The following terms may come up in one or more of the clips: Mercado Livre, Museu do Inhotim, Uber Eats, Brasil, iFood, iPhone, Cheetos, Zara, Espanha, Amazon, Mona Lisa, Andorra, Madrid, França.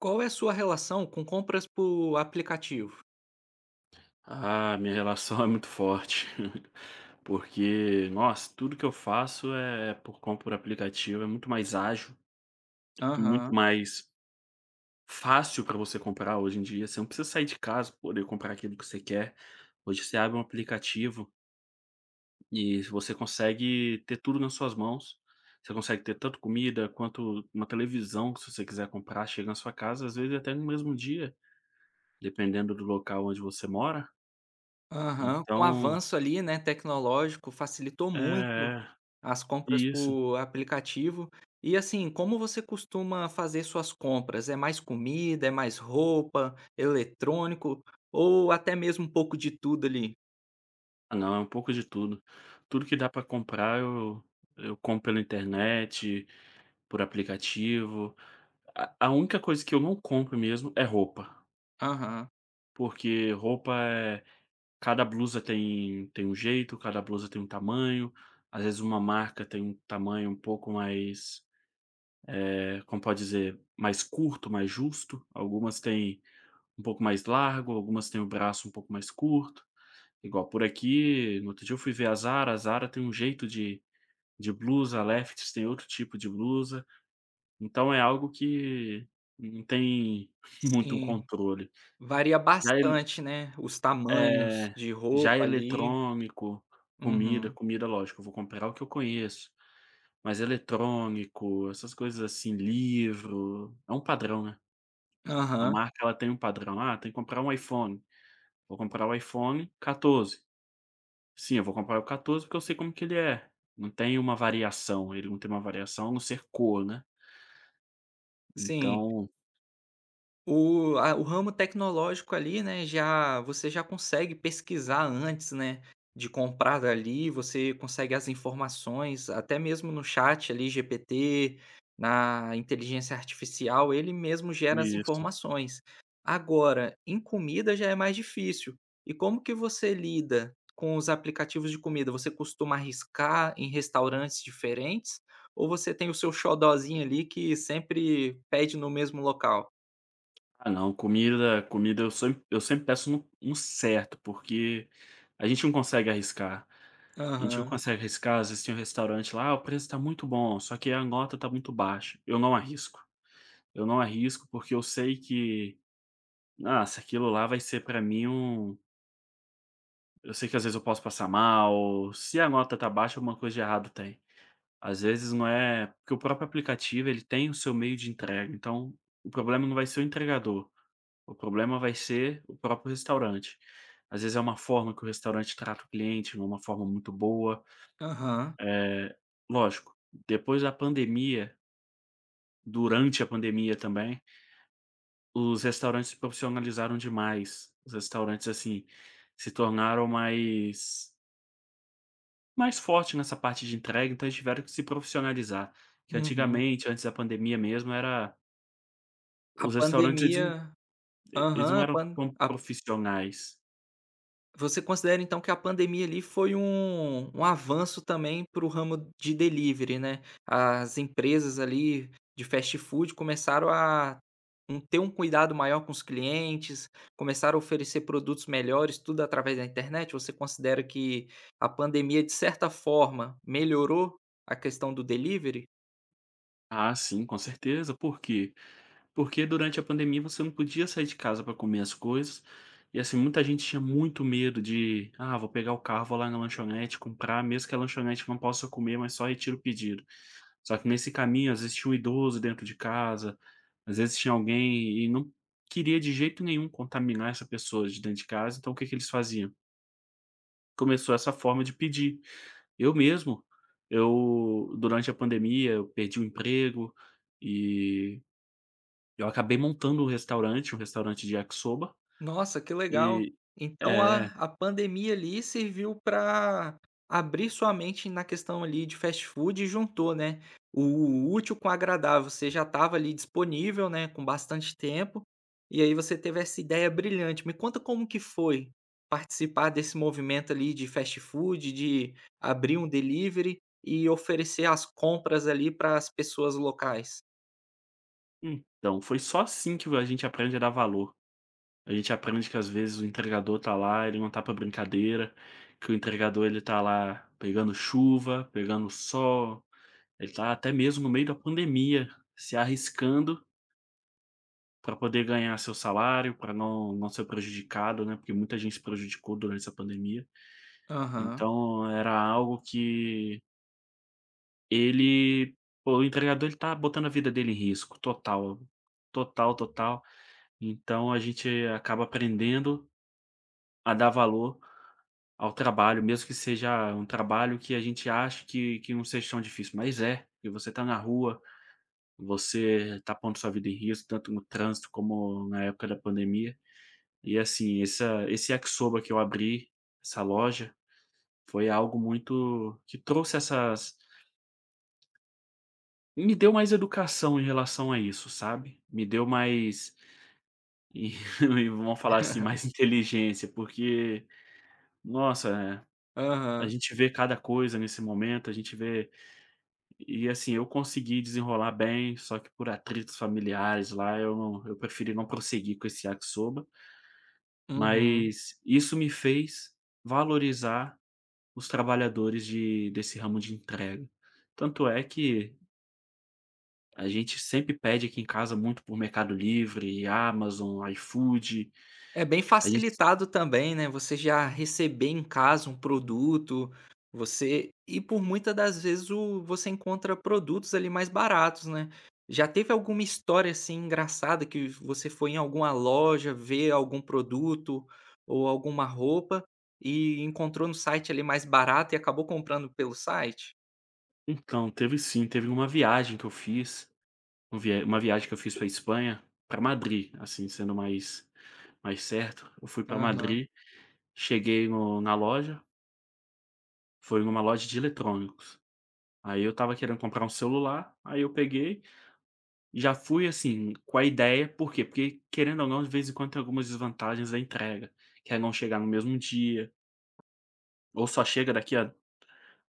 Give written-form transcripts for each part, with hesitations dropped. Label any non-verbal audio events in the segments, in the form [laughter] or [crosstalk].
Qual é a sua relação com compras por aplicativo? Ah, minha relação [laughs] é muito forte, [laughs] porque, nossa, tudo que eu faço é por compra por aplicativo, é muito mais ágil, é muito Aham. mais fácil para você comprar hoje em dia. Você não precisa sair de casa para poder comprar aquilo que você quer. Hoje você abre um aplicativo e você consegue ter tudo nas suas mãos. Você consegue ter tanto comida quanto uma televisão, que se você quiser comprar, chega na sua casa, às vezes até no mesmo dia, dependendo do local onde você mora. Aham. Com o Então, avanço ali, né, tecnológico, facilitou muito é, é as compras isso. por aplicativo. E assim, como você costuma fazer suas compras? É mais comida, é mais roupa, eletrônico ou até mesmo um pouco de tudo ali? Ah não, é um pouco de tudo. Tudo que dá para comprar eu compro pela internet, por aplicativo. A única coisa que eu não compro mesmo é roupa, Aham. porque roupa é cada blusa tem um jeito, cada blusa tem um tamanho. Às vezes uma marca tem um tamanho um pouco mais, como pode dizer, mais curto, mais justo. Algumas têm um pouco mais largo, algumas têm o braço um pouco mais curto. Igual por aqui, no outro dia eu fui ver a Zara tem um jeito de blusa, lefts tem outro tipo de blusa, então é algo que não tem [laughs] muito um Sim, controle. varia Já el bastante, né, os tamanhos eh, de já é roupa ali. eletrônico, comida Uhum. comida lógico, eu vou comprar o que eu conheço, mas eletrônico, essas coisas assim, livro, é um padrão, né. A Aham, marca ela tem um padrão, ah, tem que comprar um iPhone, vou comprar o iPhone 14. Sim, eu vou comprar o 14 porque eu sei como que ele é, não tem uma variação, ele não tem uma variação a não ser cor, né, sim. então O ramo tecnológico ali, né, já você já consegue pesquisar antes, né, de comprar dali, você consegue as informações, até mesmo no chat ali GPT, na inteligência artificial, ele mesmo gera as Isso. informações. Agora, em comida já é mais difícil. E como que você lida com os aplicativos de comida? Você costuma arriscar em restaurantes diferentes ou você tem o seu xodózinho ali que sempre pede no mesmo local? Ah não, comida comida eu sempre peço um no certo, porque a gente não consegue arriscar. A gente não Aham, consegue arriscar, às vezes tem um restaurante lá: "Ah, o preço tá muito bom, só que a nota tá muito baixa". Eu não arrisco. Eu não arrisco, porque eu sei que, ah, se aquilo lá vai ser pra mim um eu sei que às vezes eu posso passar mal, se a nota tá baixa alguma coisa de errado tem. Às vezes não é porque o próprio aplicativo ele tem o seu meio de entrega, então o problema não vai ser o entregador. O problema vai ser o próprio restaurante. Às vezes é uma forma que o restaurante trata o cliente, não é uma forma muito boa. aham, Eh, lógico, depois da pandemia, durante a pandemia também, os restaurantes se profissionalizaram demais. Os restaurantes, assim, se tornaram mais forte nessa parte de entrega, então eles tiveram que se profissionalizar. Que uhum. antigamente, antes da pandemia mesmo, era A os restaurantes pandemia eles aham, não a eram pan tão a profissionais. você considera então que a pandemia ali foi um avanço também para o ramo de delivery, né. As empresas ali de fast food começaram a ter um cuidado maior com os clientes, começaram a oferecer produtos melhores, tudo através da internet. Você considera que a pandemia, de certa forma, melhorou a questão do delivery? Ah, sim, com certeza. Por quê? Porque durante a pandemia você não podia sair de casa para comer as coisas, e assim, muita gente tinha muito medo de: "Ah, vou pegar o carro, vou lá na lanchonete comprar, mesmo que a lanchonete não possa comer, mas só retiro o pedido". Só que nesse caminho, às vezes tinha um idoso dentro de casa, às vezes tinha alguém e não queria de jeito nenhum contaminar essa pessoa de dentro de casa, então o que que eles faziam? Começou essa forma de pedir. Eu mesmo, eu durante a pandemia eu perdi o emprego, e eu acabei montando um restaurante de yakisoba Nossa, que legal. e Então é, a pandemia ali serviu para abrir sua mente na questão ali de fast food e juntou, né, o útil com o agradável. Você já estava ali disponível, né, com bastante tempo, e aí você teve essa ideia brilhante. Me conta como que foi participar desse movimento ali de fast food, de abrir um delivery e oferecer as compras ali para as pessoas locais? então, foi só assim que a gente aprende a dar valor. A gente aprende que às vezes o entregador tá lá, ele não tá pra brincadeira, que o entregador ele tá lá pegando chuva, pegando sol. Ele tá até mesmo no meio da pandemia, se arriscando pra poder ganhar seu salário, pra não ser prejudicado, né, porque muita gente se prejudicou durante essa pandemia. Aham, Então, era algo que Ele pô, o entregador ele tá botando a vida dele em risco total, total, total. Então a gente acaba aprendendo a dar valor ao trabalho, mesmo que seja um trabalho que a gente acha que não seja tão difícil, mas é, que você tá na rua, você tá pondo sua vida em risco, tanto no trânsito como na época da pandemia. E assim, essa esse yakisoba que eu abri, essa loja, foi algo muito que trouxe essas Me deu mais educação em relação a isso, sabe. Me deu mais e [laughs] e vamos falar assim, mais inteligência, porque, nossa, a aham, gente vê cada coisa nesse momento, a gente vê e assim, eu consegui desenrolar bem, só que por atritos familiares lá, eu preferi não prosseguir com esse yakisoba, uhum. mas isso me fez valorizar os trabalhadores de desse ramo de entrega. Tanto é que A gente sempre pede aqui em casa muito por Mercado Livre, Amazon, iFood. É bem A gente facilitado também, né, você já receber em casa um produto, você e por muitas das vezes o você encontra produtos ali mais baratos, né. Já teve alguma história, assim, engraçada que você foi em alguma loja ver algum produto ou alguma roupa e encontrou no site ali mais barato e acabou comprando pelo site? Então, teve sim, teve uma viagem que eu fiz, um vie uma viagem que eu fiz para Espanha, para Madrid, assim, sendo mais mais certo. Eu fui para Madrid, cheguei no na loja, foi numa loja de eletrônicos. Aí eu estava querendo comprar um celular, aí eu peguei, já fui, assim, com a ideia, por quê? Porque querendo ou não, de vez em quando tem algumas desvantagens da entrega, que é não chegar no mesmo dia, ou só chega daqui a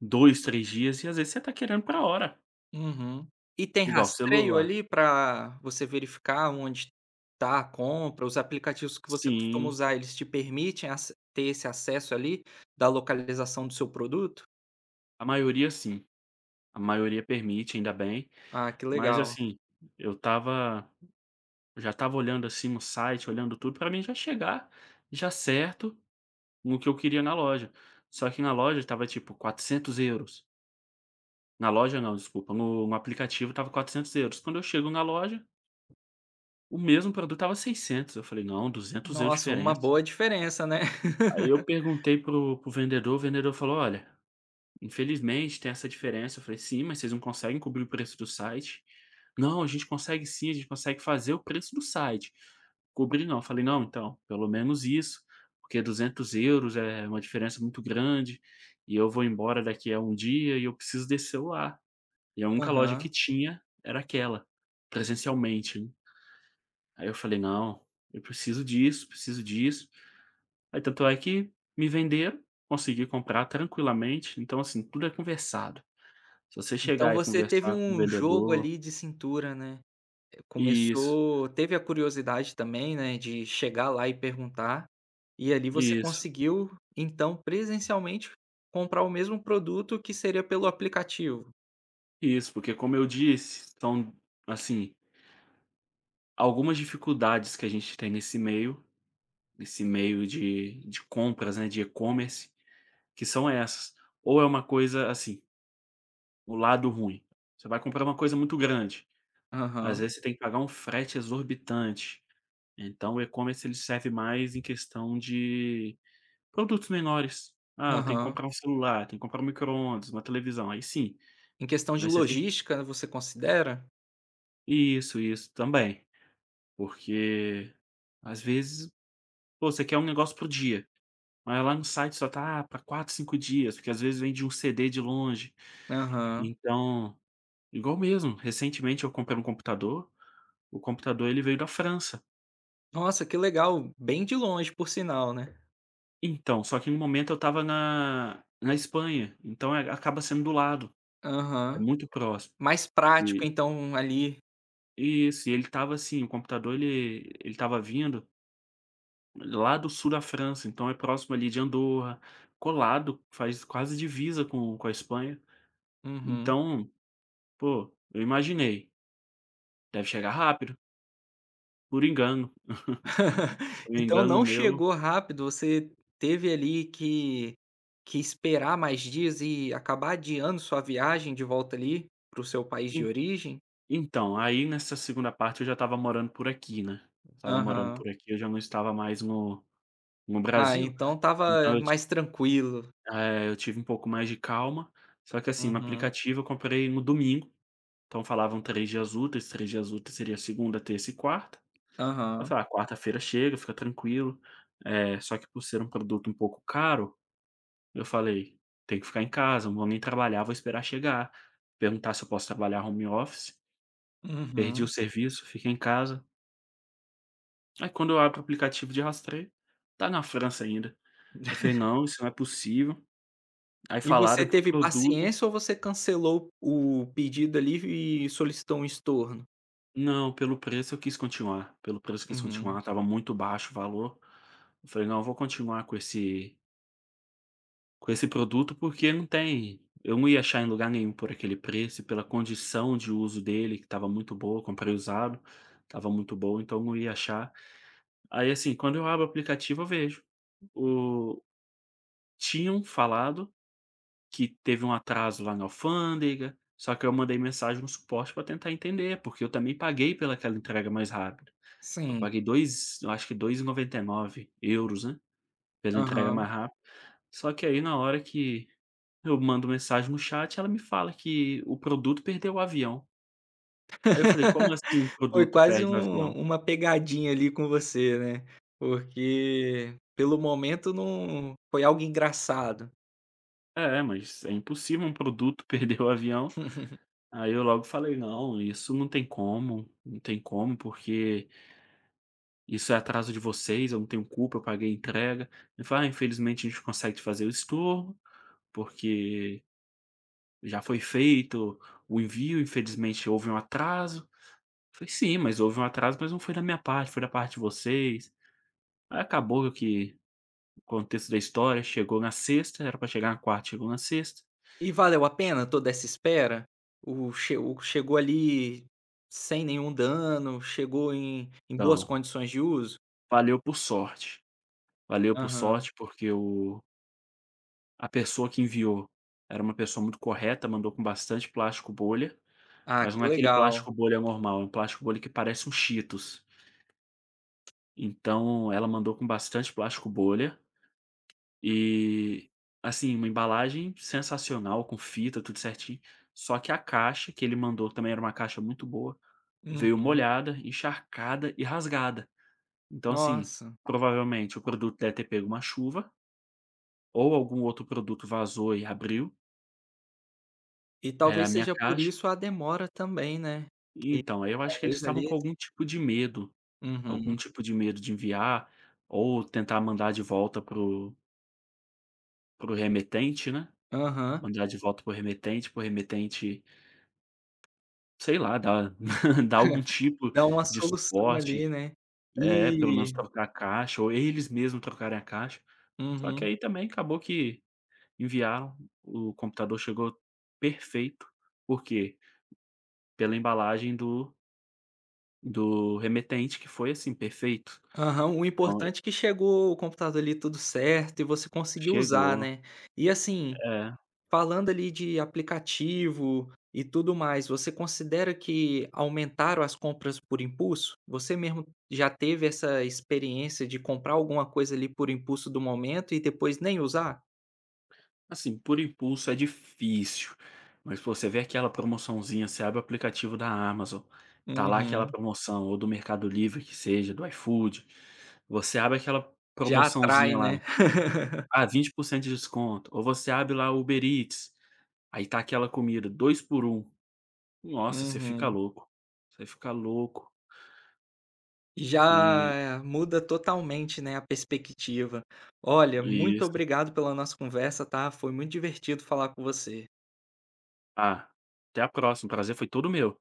2 3 dias e às vezes você tá querendo pra hora, Uhum. E tem igual rastreio celular. ali para você verificar onde tá a compra? Os aplicativos que você costuma Sim, usar, eles te permitem ace ter esse acesso ali da localização do seu produto? Sim, a maioria permite, ainda bem, Ah, que mas legal. assim, eu estava eu já estava olhando assim no site, olhando tudo pra mim já chegar, já certo, no que eu queria na loja. Só que na loja estava tipo 400 euros. Na loja não, desculpa, no aplicativo estava euros. Quando eu chego na loja, o mesmo produto estava 600. Eu falei: "Não, €200 de Nossa, uma diferença". boa diferença, né? [laughs] Aí eu perguntei pro o vendedor falou: "Olha, infelizmente tem essa diferença". Eu falei: "Sim, mas vocês não conseguem cobrir o preço do site". "Não, a gente consegue sim, a gente consegue fazer o preço do site, cobrir não". Eu falei: "Não, então, pelo menos isso, porque 200 euros é uma diferença muito grande, e eu vou embora daqui a um dia e eu preciso desse celular". E a única loja que Aham. tinha era aquela, presencialmente, né. Aí eu falei: "Não, eu preciso disso, preciso disso". Aí tanto é que me venderam, consegui comprar tranquilamente, então assim, tudo é conversado. Se você Então chegar e você teve conversar com o um jogo vendedor ali de cintura, né? Isso, Começou teve a curiosidade também, né, de chegar lá e perguntar, e ali você isso, conseguiu, então, presencialmente comprar o mesmo produto que seria pelo aplicativo. isso, porque como eu disse, são, assim, algumas dificuldades que a gente tem nesse meio de compras, né, de e-commerce, que são essas. Ou é uma coisa assim, o lado ruim, você vai comprar uma coisa muito grande, às Aham, vezes você tem que pagar um frete exorbitante, então o e-commerce ele serve mais em questão de produtos menores. Ah, tem que aham. comprar um celular, tem que comprar um micro-ondas, uma televisão, aí sim. Em questão de Mas você tem que logística, você considera? Isso, também. Porque, às vezes, pô, você quer um negócio para dia, mas lá no site só tá para 4 5 dias, porque às vezes vem de um CD de longe. Aham. Então igual mesmo, recentemente eu comprei um computador, o computador ele veio da França. Nossa, que legal, bem de longe por sinal, né. Então, só que no momento eu estava na Espanha, então é acaba sendo do lado, é Aham. muito próximo. Mais prático E então ali. Isso, e ele tava assim, o computador ele tava vindo lá do sul da França, então é próximo ali de Andorra, colado, faz quase divisa com a Espanha. Uhum. Então, pô, eu imaginei, deve chegar rápido, por engano. [laughs] [laughs] Por Então engano não meu chegou rápido, você teve ali que esperar mais dias e acabar adiando sua viagem de volta ali para o seu país de en origem? então, aí nessa segunda parte eu já estava morando por aqui, né, eu estava morando Aham. por aqui, eu já não estava mais no Ah, Brasil, então tava então mais tranquilo. Eu tive um pouco mais de calma, só que assim, no Uhum. aplicativo eu comprei no domingo, então falavam 3 dias úteis, 3 dias úteis seria segunda, terça e quarta. Eu Aham. falei: "Ah, quarta-feira chega, fica tranquilo". Eh, só que por ser um produto um pouco caro, eu falei: tem que ficar em casa, não vou nem trabalhar, vou esperar chegar, perguntar se eu posso trabalhar home office, perdi o Uhum. serviço, fiquei em casa". Aí quando eu abro o aplicativo de rastreio, tá na França ainda. Eu falei: [laughs] "Não, isso não é possível". Aí E você falaram que o teve produto paciência ou você cancelou o pedido ali e solicitou um estorno? não, pelo preço eu quis continuar, pelo preço eu quis Uhum. continuar, estava muito baixo o valor. Eu falei: "Não, eu vou continuar com esse com esse produto, porque não tem eu não ia achar em lugar nenhum por aquele preço e pela condição de uso dele que estava muito boa, comprei usado, estava muito bom, então não ia achar". Aí, assim, quando eu abro o aplicativo eu vejo, o tinham falado que teve um atraso lá na alfândega, só que eu mandei mensagem no suporte para tentar entender, porque eu também paguei pelaquela entrega mais rápida. Eu Sim. paguei 2 eu acho que 2,99 euros né, pela entrega Aham. mais rápida. Só que aí na hora que eu mando mensagem no chat, ela me fala que o produto perdeu o avião. Aí eu falei: "Como assim um Foi produto quase perde o avião?". Uma pegadinha ali com você, né, porque pelo momento não foi algo engraçado. "É, mas é impossível um produto [laughs] perder o avião". Aí eu logo falei: "Não, isso não tem como, não tem como, porque isso é atraso de vocês, eu não tenho culpa, eu paguei a entrega". Ele falou: "Ah, infelizmente a gente consegue te fazer o estorno, porque já foi feito o envio, infelizmente houve um atraso". Eu falei: "Sim, mas houve um atraso, mas não foi da minha parte, foi da parte de vocês". Aí acabou que contexto da história, chegou na sexta, era pra chegar na quarta, chegou na sexta. E valeu a pena toda essa espera? O chegou ali sem nenhum dano, chegou em boas Então, condições de uso? valeu por sorte. Valeu por Aham. sorte, porque o a pessoa que enviou era uma pessoa muito correta, mandou com bastante plástico bolha, Ah, mas que não é aquele legal. plástico bolha normal, é um plástico bolha que parece um Cheetos. Então, ela mandou com bastante plástico bolha e, assim, uma embalagem sensacional, com fita, tudo certinho. Só que a caixa que ele mandou, também era uma caixa muito boa, veio Uhum. molhada, encharcada e rasgada. Então, assim, Nossa, provavelmente o produto deve ter pego uma chuva, ou algum outro produto vazou e abriu, e a talvez minha seja por caixa. isso a demora também, né, que Então, aí eu acho que eles talvez estavam ali com algum tipo de medo, Uhum. algum tipo de medo de enviar, ou tentar mandar de volta pro remetente, né, Aham. mandar de volta pro remetente, sei lá, dar [laughs] dar algum tipo Dá uma de solução ali, suporte. né. É, pelo menos E trocar a caixa, ou eles mesmos trocarem a caixa. Só que Uhum. aí também acabou que enviaram, o computador chegou perfeito, por quê? Pela embalagem do remetente que foi, assim, perfeito. Aham, o Então importante é que chegou o computador ali tudo certo e você conseguiu usar, chegou né. E assim, é, falando ali de aplicativo e tudo mais, você considera que aumentaram as compras por impulso? Você mesmo já teve essa experiência de comprar alguma coisa ali por impulso do momento e depois nem usar? assim, por impulso é difícil, mas pô, você vê aquela promoçãozinha, você abre o aplicativo da Amazon, tá lá aquela Uhum. promoção, ou do Mercado Livre que seja, do iFood, você abre aquela Já atrai, promoçãozinha lá, né? [laughs] ah, 20% de desconto, ou você abre lá o Uber Eats, aí tá aquela comida 2 por 1. Nossa, você fica Uhum. louco, você fica louco. E Já muda totalmente, né, a perspectiva. Olha, e muito isso. obrigado pela nossa conversa, tá? Foi muito divertido falar com você. Ah, até a próxima, o prazer foi todo meu.